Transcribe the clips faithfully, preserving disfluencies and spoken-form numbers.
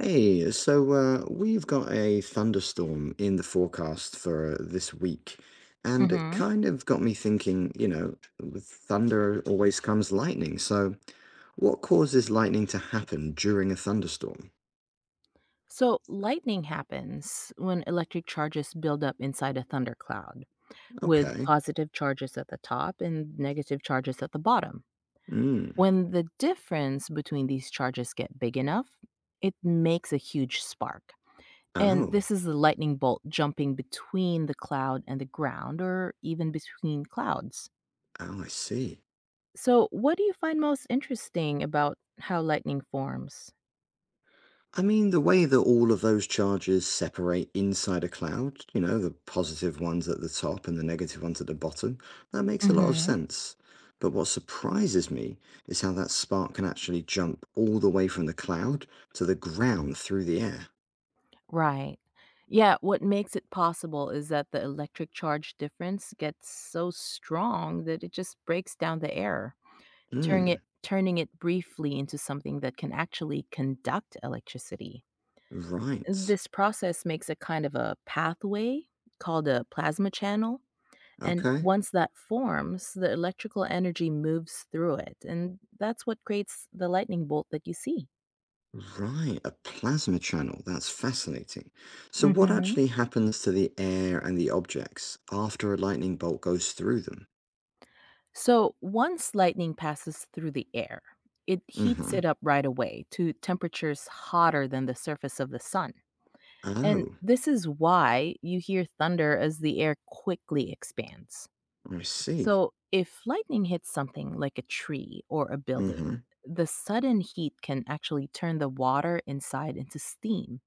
Hey, so uh, we've got a thunderstorm in the forecast for this week, and it hmm kind of got me thinking, you know, with thunder always comes lightning. So, what causes lightning to happen during a thunderstorm? So, lightning happens when electric charges build up inside a thundercloud, with Okay. positive charges at the top and negative charges at the bottom. Mm. When the difference between these charges get big enough, it makes a huge spark. And Oh, this is the lightning bolt jumping between the cloud and the ground, or even between clouds. oh, I see. So, what do you find most interesting about how lightning forms? I mean, the way that all of those charges separate inside a cloud, you know, the positive ones at the top and the negative ones at the bottom, that makes a lot of sense. But what surprises me is how that spark can actually jump all the way from the cloud to the ground through the air. Right. Yeah, what makes it possible is that the electric charge difference gets so strong that it just breaks down the air, turning Hmm, it turning it briefly into something that can actually conduct electricity. right. This process makes a kind of a pathway called a plasma channel, and Okay. once that forms, the electrical energy moves through it, and that's what creates the lightning bolt that you see. Right, a plasma channel. That's fascinating. So, what Mhm. actually happens to the air and the objects after a lightning bolt goes through them? So once lightning passes through the air, it heats Mm-hmm. it up right away to temperatures hotter than the surface of the sun. And Oh, this is why you hear thunder as the air quickly expands. I see. So if lightning hits something like a tree or a building, Mm-hmm. the sudden heat can actually turn the water inside into steam,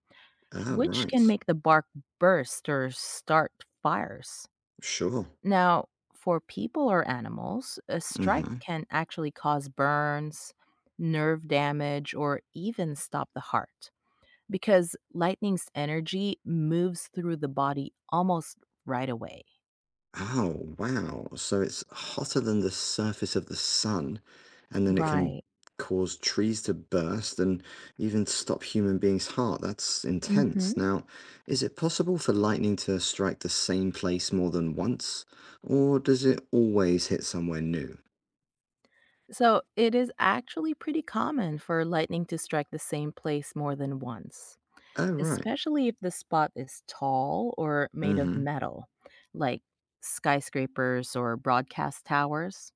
Oh, which can right. make the bark burst or start fires. Sure. Now, for people or animals, a strike Mm-hmm. can actually cause burns, nerve damage, or even stop the heart because lightning's energy moves through the body almost right away. Oh, wow. So it's hotter than the surface of the sun, and then it can Right. cause trees to burst and even stop human beings' heart. That's hmm intense. Now, is it possible for lightning to strike the same place more than once, or does it always hit somewhere new? So it is actually pretty common for lightning to strike the same place more than once, Oh, right. especially if the spot is tall or made of Mm-hmm. metal, like skyscrapers or broadcast towers.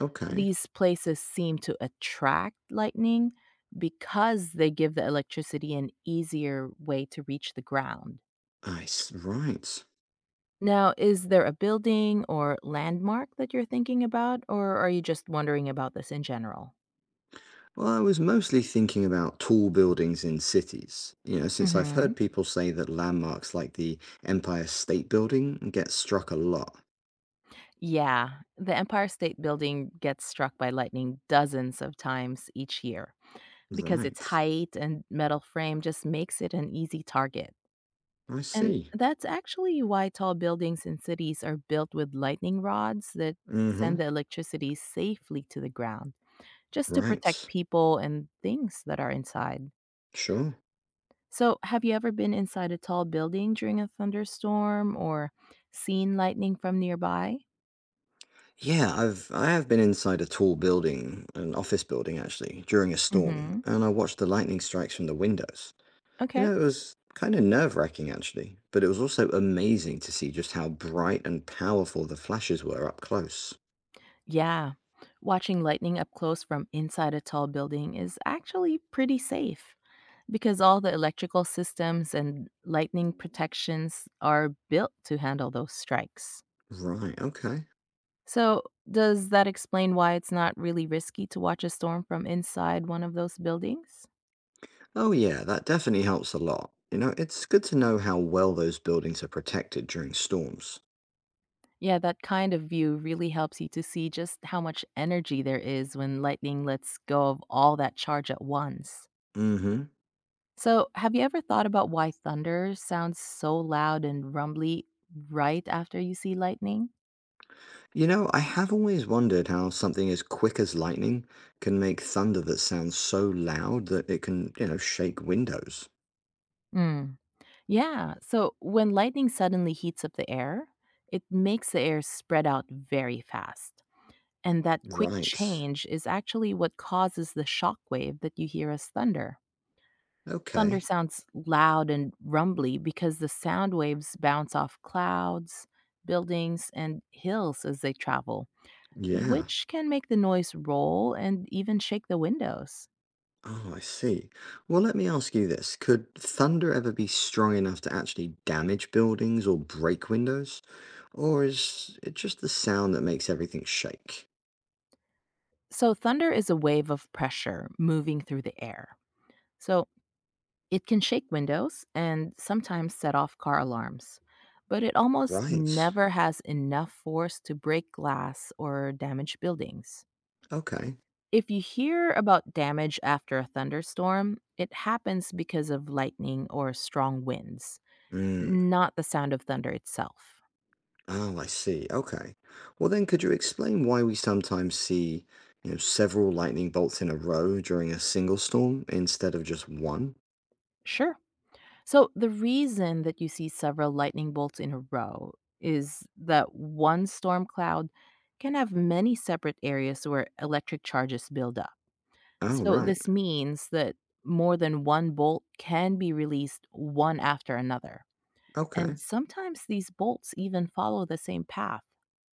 Okay. These places seem to attract lightning because they give the electricity an easier way to reach the ground. I s- right. Now, is there a building or landmark that you're thinking about, or are you just wondering about this in general? Well, I was mostly thinking about tall buildings in cities, you know, since I've hmm heard people say that landmarks like the Empire State Building get struck a lot. Yeah, the Empire State Building gets struck by lightning dozens of times each year because its Right. height and metal frame just makes it an easy target. I And see. that's actually why tall buildings in cities are built with lightning rods that Mm-hmm. send the electricity safely to the ground, just to protect Right. people and things that are inside. Sure. So, have you ever been inside a tall building during a thunderstorm or seen lightning from nearby? Yeah, I've I have been inside a tall building, an office building actually, during a storm, Mhm. and I watched the lightning strikes from the windows. You Okay. know, it was kind of nerve-wracking actually, but it was also amazing to see just how bright and powerful the flashes were up close. Yeah. Watching lightning up close from inside a tall building is actually pretty safe. Because all the electrical systems and lightning protections are built to handle those strikes. Right, okay. So, does that explain why it's not really risky to watch a storm from inside one of those buildings? Oh yeah, that definitely helps a lot. You know, it's good to know how well those buildings are protected during storms. Yeah, that kind of view really helps you to see just how much energy there is when lightning lets go of all that charge at once. Hmm. So, have you ever thought about why thunder sounds so loud and rumbly right after you see lightning? You know, I have always wondered how something as quick as lightning can make thunder that sounds so loud that it can, you know, shake windows. Hmm. Yeah. So when lightning suddenly heats up the air, it makes the air spread out very fast. And that quick Right. change is actually what causes the shock wave that you hear as thunder. Thunder Okay. sounds loud and rumbly because the sound waves bounce off clouds, buildings, and hills as they travel, Yeah. which can make the noise roll and even shake the windows. Oh, I see. Well, let me ask you this. Could thunder ever be strong enough to actually damage buildings or break windows? Or is it just the sound that makes everything shake? So, thunder is a wave of pressure moving through the air. So, it can shake windows and sometimes set off car alarms, but it almost Right. never has enough force to break glass or damage buildings. Okay. If you hear about damage after a thunderstorm, it happens because of lightning or strong winds, Mm. not the sound of thunder itself. Oh, I see. Okay. Well, then, could you explain why we sometimes see, you know, several lightning bolts in a row during a single storm instead of just one? Sure. So, the reason that you see several lightning bolts in a row is that one storm cloud can have many separate areas where electric charges build up. Oh, So right. this means that more than one bolt can be released one after another. And Okay. sometimes these bolts even follow the same path.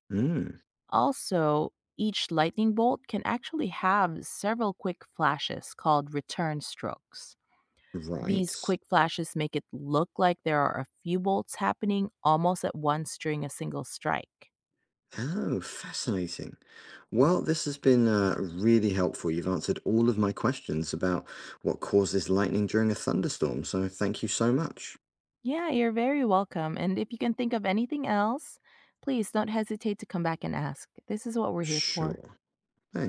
Mm. Also, each lightning bolt can actually have several quick flashes called return strokes. These Right. quick flashes make it look like there are a few bolts happening almost at once during a single strike. Oh, fascinating. Well, this has been uh, really helpful. You've answered all of my questions about what causes lightning during a thunderstorm, so thank you so much. Yeah, you're very welcome. And if you can think of anything else, please don't hesitate to come back and ask. This is what we're here for. Sure. Thanks.